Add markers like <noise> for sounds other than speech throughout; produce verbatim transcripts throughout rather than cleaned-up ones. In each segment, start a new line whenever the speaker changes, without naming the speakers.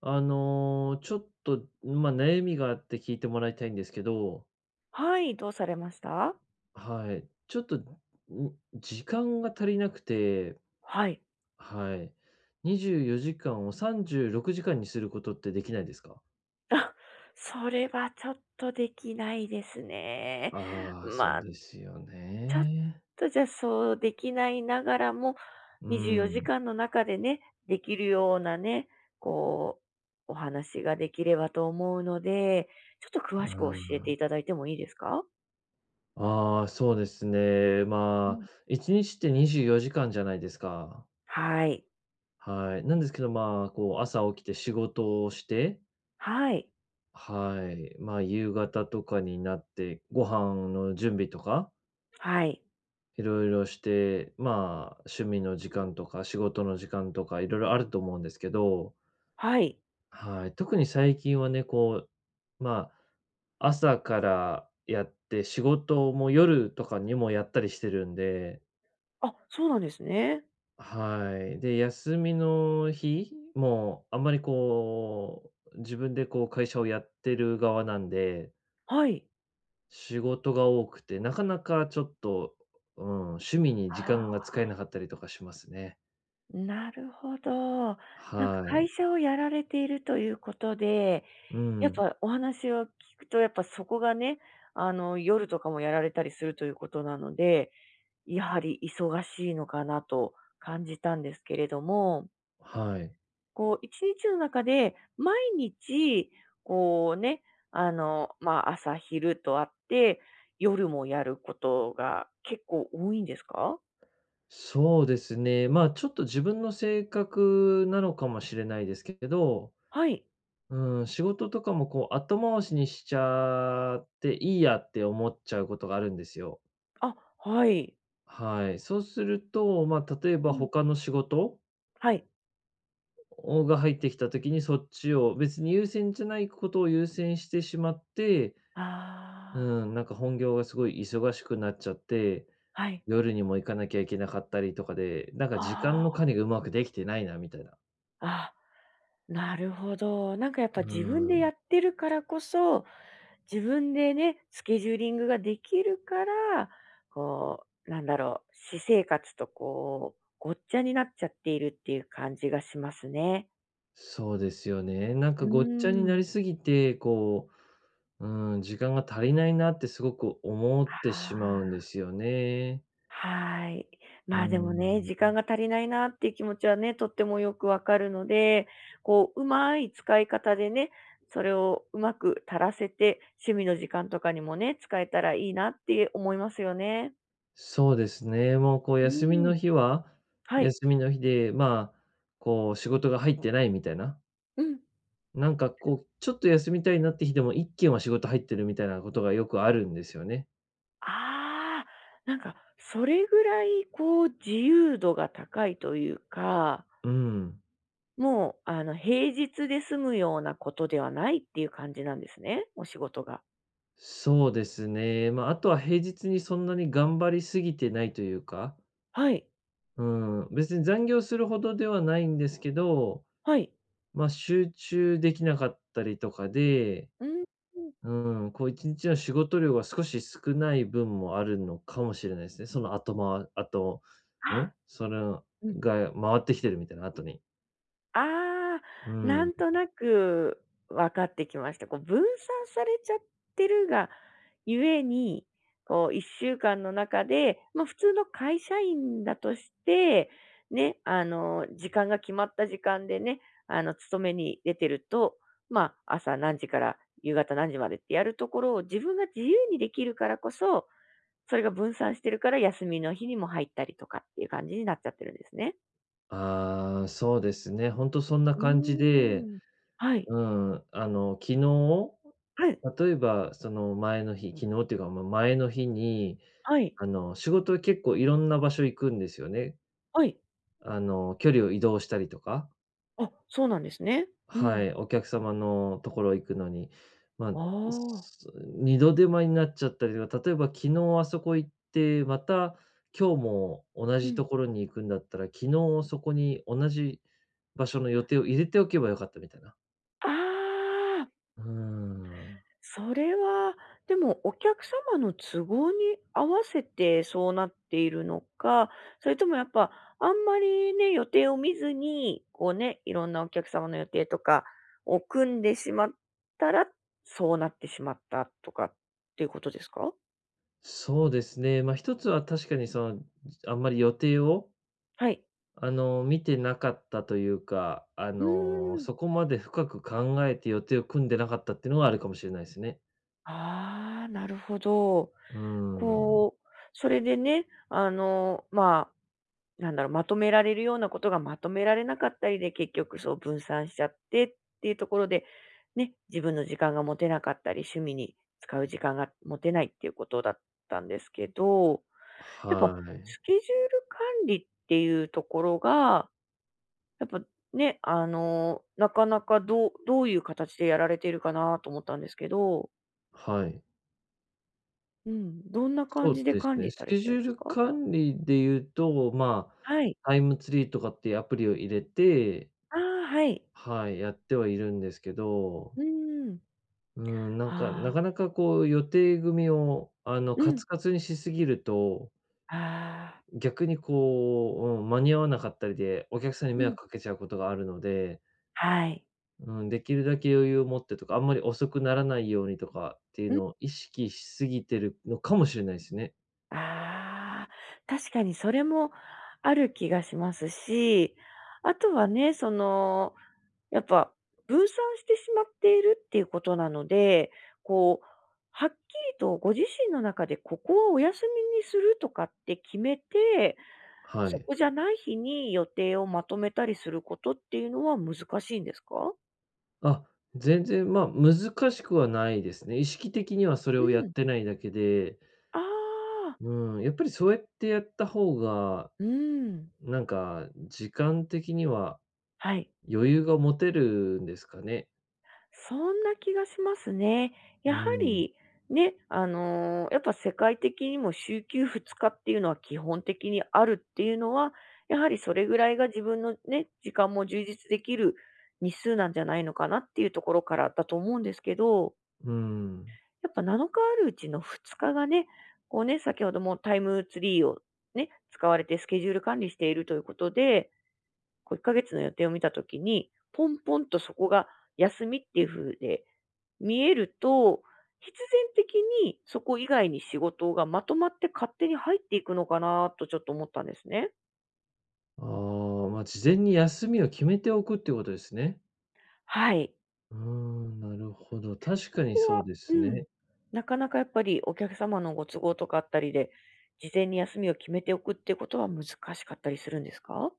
あの、ちょっと、まあ、悩みがあって聞いてもらいたいんですけど、
はい、どうされました？
はい。ちょっと、ん、時間が足りなくて、
はい。
はい。にじゅうよじかんをさんじゅうろくじかんにすることってできないですか？
あ、それはちょっとできないですね。
ああー、そ
ま
う
あ、
ですよ
ちょっ
ね。
とじゃそうできないながらも、
う
24時
ん、
間の中でね、できるようなね、こう、お話ができればと思うので、ちょっと詳
う
しく教えて
ん。
いただいてもいいですか？
ああ、そうですね。
う
まあ、
ん。
いちにちってにじゅうよじかんじかんじゃないですか。
はい。
はい。なんですけど、まあ、こう朝起きて仕事をして、
はい。
はい。まあ、夕方とかになって、ご飯の準備とか、
はい。
いろいろして、まあ、趣味の時間とか、仕事の時間とか、いろいろあると思うんですけど、
はい。
はい。特に最近はね、こう、まあ、朝からやって、仕事も夜とかにもやったりしてるんで、
あ、そうなんですね。
はい。で、休みの日も、あんまりこう、自分でこう会社をやってる側なんで、
はい。
仕事が多くて、なかなかちょっと、うん、趣味に時
あ
間が
あ。
使えなかったりとかしますね。
なるほど。なんか
は
会
い。
社をやられているということで、
う
やっ
ん。
ぱお話を聞くと、やっぱそこがね、あの、夜とかもやられたりするということなので、やはり忙しいのかなと感じたんですけれども、
はい。
こう、一日の中で毎日、こうね、あの、まあ、朝昼とあって、夜もやることが結構多いんですか？
そうですね。まあ、ちょっと自分の性格なのかもしれないですけど、
はい。
うん、仕事とかもこう後回しにしちゃっていいやって思っちゃうことがあるんですよ。
あ、はい。
はい。そうすると、まあ、例え
う
ば
ん。
他の仕事
はい。
が入ってきた時にそっちを、別に優先じゃないことを優先してしまって、う
ああ。
ん、なんか本業がすごい忙しくなっちゃって、
はい。
夜にも行かなきゃいけなかったりとかで、なんか時間の
あ
管理がうまくできてないなみたいな。
あ、あ、なるほど。なんかやっ
う
ぱ自分でや
ん、
ってるからこそ、自分でね、スケジューリングができるから、こう、なんだろう、私生活とこう、ごっちゃになっちゃっているっていう感じがしますね。
そうですよね。なんか
うー
ごっちゃにな
ん。
りすぎて、こう、うん、時間が足りないなってすごく思って
あ
しまうん
あ。
ですよね。
はい。
う
まあでもね、
ん、
時間が足りないなっていう気持ちはね、とってもよくわかるので、こう、うまい使い方でね、それをうまく足らせて、趣味の時間とかにもね、使えたらいいなって思いますよね。
そうですね。もうこう
う
休み
ー
の
ん。
日は、
はい。
休みの日で、まあ、こう仕事が入ってないみたいな、
うん。
なんかこう、ちょっと休みたいなって日でも一件は仕事入ってるみたいなことがよくあるんですよね。
ああ、なんか、それぐらい、こう、自由度が高いというか、
うん。
もう、あの、平日で済むようなことではないっていう感じなんですね、お仕事が。
そうですね。まあ、あとは平日にそんなに頑張りすぎてないというか、
はい。
うん、別に残業するほどではないんですけど、
はい。
ま、あ集中できなかったりとかで、
うん。
うん、こういちにちの仕事量が少し少ない分もあるのかもしれないですね。その後、まあ後、う
あ、
ん、それ
うん。
が回ってきてるみたいな、後に。
ああ、
う
な
ん。
んとなく分かってきました。こう分散されちゃってるがゆえに、こういっしゅうかんの中で、まあ、普通の会社員だとして、ね、あの、時間が決まった時間でね、あの、勤めに出てると、まあ、朝何時から夕方何時までってやるところを自分が自由にできるからこそ、それが分散してるから休みの日にも入ったりとかっていう感じになっちゃってるんですね。
ああ、そうですね。ほんとそんな
う
感じで、
ーん。はい。
うん、あの、昨日、
はい。
例えばその前の日、昨日っていうか、ま、前の日に、
はい。
あの、仕事結構いろんな場所行くんですよね。
はい。
あの、距離を移動したりとか。
あ、そうなんですね。う
は
ん。
い、お客様のところ行くのに、まあ、
ああ。
す度手間になっちゃったりとか、例えば昨日あそこ行って、また今日も同
う
じ
ん。
ところに行くんだったら、昨日そこに同じ場所の予定を入れておけばよかったみたいな。
ああ、
うーん。
それは、でもお客様の都合に合わせてそうなっているのか、それともやっぱあんまりね、予定を見ずに、こうね、いろんなお客様の予定とかを組んでしまったら、そうなってしまったとかっていうことですか？
そうですね、まあ、一つは確かにその、あんまり予定を、
はい。
あの、見てなかったというか、あ
う
の、
ーん。
そこまで深く考えて予定を組んでなかったっていうのがあるかもしれないですね。
ああ、なるほど。
うーん。
こう、それでね、あの、まあ、なんだろう、まとめられるようなことがまとめられなかったりで、結局そう分散しちゃってっていうところで、ね、自分の時間が持てなかったり、趣味に使う時間が持てないっていうことだったんですけど、やっぱ
はい。
スケジュール管理っていうところが、やっぱね、あの、なかなかどう、どういう形でやられているかなと思ったんですけど、
はい。
うん、どんな感
そ
じ
う
で
です
管理
ね。
さ
ス
れ
ケ
て
ジ
るん
ュ
で
ー
す
ル
か？
管理で言うと、まあ、
はい。
タイムツリーとかっていうアプリを入れて、
ああ、はい。
はい、やってはいるんですけど、
うーん。
うん、な
あ
んか、なかな
あ。
かこう予定組を、あの、
う
カ
ん。
ツカツにしすぎると、
ああ。
逆にこう、うん、間に合わなかったりで、お客さんに
う
迷
ん。
惑かけちゃうことがあるので、
はい。
うん、できるだけ余裕を持ってとか、あんまり遅くならないようにとかっていう
うん。
のを意識しすぎてるのかもしれないですね。
ああ、確かにそれもある気がしますし、あとはね、その、やっぱ分散してしまっているっていうことなので、こう、はっきりとご自身の中でここはお休みにするとかって決めて、
は
そ
い。
こじゃない日に予定をまとめたりすることっていうのは難しいんですか？
あ、全然、まあ、難しくはないですね。意識的にはそれ
う
をやっ
ん。
てないだけで、
ああ。
うん、やっぱりそうやってやった方が、
うん。
なんか時間的には
はい。
余裕が持てるんですかね。
そんな気がしますね。や
う
は
ん、
り、ね、あの、やっぱ世界的にも週休ふつかっていうのは基本的にあるっていうのは、やはりそれぐらいが自分のね、時間も充実できる日数なんじゃないのかなっていうところからだと思うんですけど、
うん。
やっぱなのかあるうちのふつかがね、こうね、先ほどもタイムツリーをね、使われてスケジュール管理しているということで、こういっかげつの予定を見た時に、ポンポンとそこが休みっていう風で見えると、必然的にそこ以外に仕事がまとまって勝手に入っていくのかなとちょっと思ったんですね。
ああ、まあ、事前に休みを決めておくっていうことですね。
はい。
うーん、なるほど、確
そ
かに
こ
そう
は
で
う
す
ん。
ね。
なかなかやっぱりお客様のご都合とかあったりで、事前に休みを決めておくってことは難しかったりするんですか？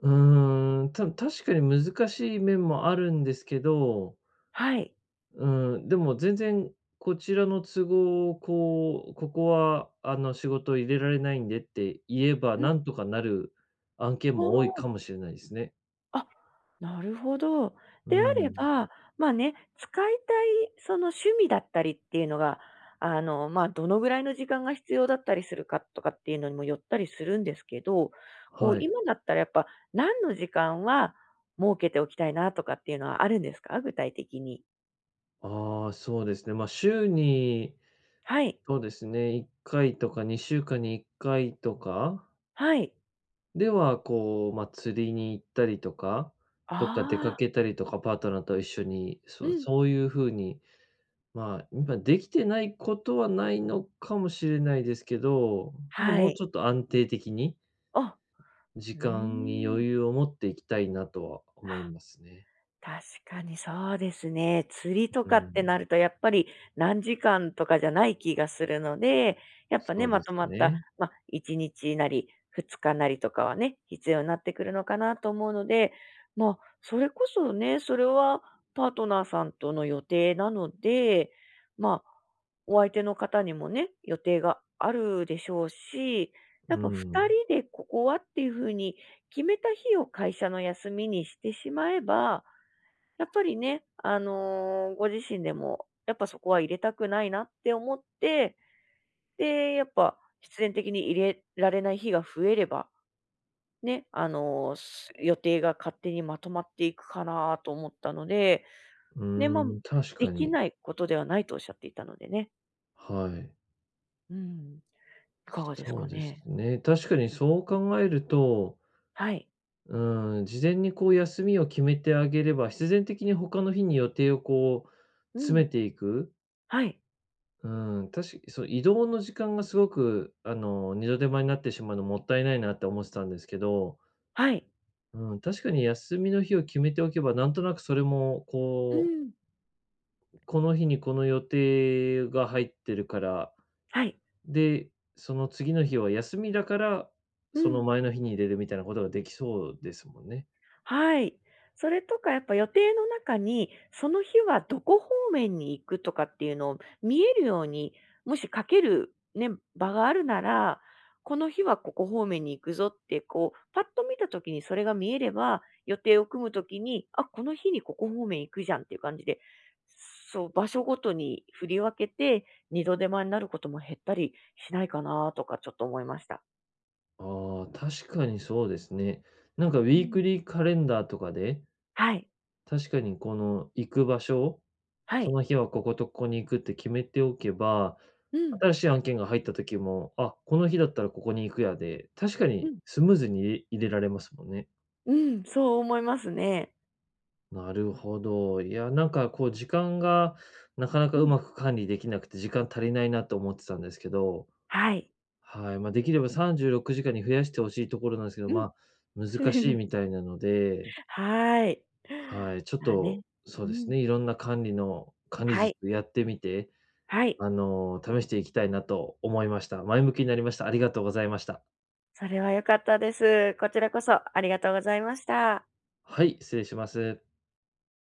うーん、た確かに難しい面もあるんですけど、
はい。
うん、でも全然こちらの都合をこう、ここはあの仕事入れられないんでって言えば、
うん。
なんとかなる案件も多いかもしれないですね。
ああ。なるほど。
う
であれ
ん。
ば、まあね、使いたいその趣味だったりっていうのが、あの、まあ、どのぐらいの時間が必要だったりするかとかっていうのにもよったりするんですけど、こう、
はい。
今だったらやっぱ何の時間は設けておきたいなとかっていうのはあるんですか？具体的に。
ああ、そうですね。まあ、週に、
はい。
そうですね、いっかいとかにしゅうかんにいっかいとか
はい。
では、こう、まあ、釣りに行ったりとか、どっか出
あ
か
あ、
けたりとか、パートナーと一緒に、
う
そう、
ん。
そういう風に、まあ、今できてないことはないのかもしれないですけど、ま、
は
もう
い。
ちょっと安定的に、
あ、う
時
ー
間に
ん。
余裕を持っていきたいなとは
あ。
思いますね。
確かにそうですね。釣りと
う
かって
ん、
なると、やっぱり何時間とかじゃない気がするので、やっぱね、
そう
ま
で
と
す
まった、
ね。
まあ、いちにちなりふつかなりとかはね、必要になってくるのかなと思うので、まあ、それこそね、それはパートナーさんとの予定なので、まあ、お相手の方にもね、予定があるでしょうし、やっ
う
ぱふたり
ん。
でここはっていう風に決めた日を会社の休みにしてしまえば、やっぱりね、あの、ご自身でも、やっぱそこは入れたくないなって思って、で、やっぱ必然的に入れられない日が増えれば、ね、あの、す予定が勝手にまとまっていくかなと思ったので、
う
ね、まあ、
ーん、確
で
か
き
に。
ないことではないとおっしゃっていたのでね。
はい。
うん。いかがです
そ
か
うです
ね？
ね。確かにそう考えると、
はい。
うーん、事前にこう休みを決めてあげれば、必然的に他の日に予定をこう、
うん。
詰めていく。
はい。
うん、たしそう、移動の時間がすごく、あの、二度手間になってしまうのもったいないなって思ってたんですけど、
はい。
うん、確かに休みの日を決めておけば、なんとなくそれも、
う
こ
ん。
う、この日にこの予定が入ってるから、
はい。
で、その次の日は休みだから、
う
その
ん。
前の日に入れるみたいなことができそうですもんね。
はい。それとかやっぱ予定の中に、その日はどこ方面に行くとかっていうのを見えるように、もし書けるね、場があるなら、この日はここ方面に行くぞって、こう、パッと見た時にそれが見えれば、予定を組む時に、あ、この日にここ方面行くじゃんっていう感じで、そう、場所ごとに振り分けて、二度手間になることも減ったりしないかなとかちょっと思いました。
ああ、確かにそうですね。なんかウ
う
ィー
ん。
クリーカレンダーとかで、
はい。
確かにこの行く場所、
は
そ
い。
の日はこことここに行くって決めておけば、
うん。
新しい案件が入った時も、あ、この日だったらここに行くやで、確か
う
に
ん。
スムーズに入れ入れられますもんね。
うん、そう思いますね。
なるほど。いや、なんかこう時間がなかなか
う
う
ん。
まく管理できなくて、時間足りないなと思ってたんですけど、
はい。
はい、まあ、できればさんじゅうろくじかんに増やしてほしいところなんですけど、
うん。
まあ、難しい
<laughs>
みたいなので、
はい。
はい、ちょっ
まあね。
と、そう
う
です
ん。
ね、いろんな管理の管理
は
術
い、
やってみて、
はい。
あの、試していきたいなと思いました。前向きになりました。ありがとうございました。
それは良かったです。こちらこそありがとうございました。
はい、失礼します。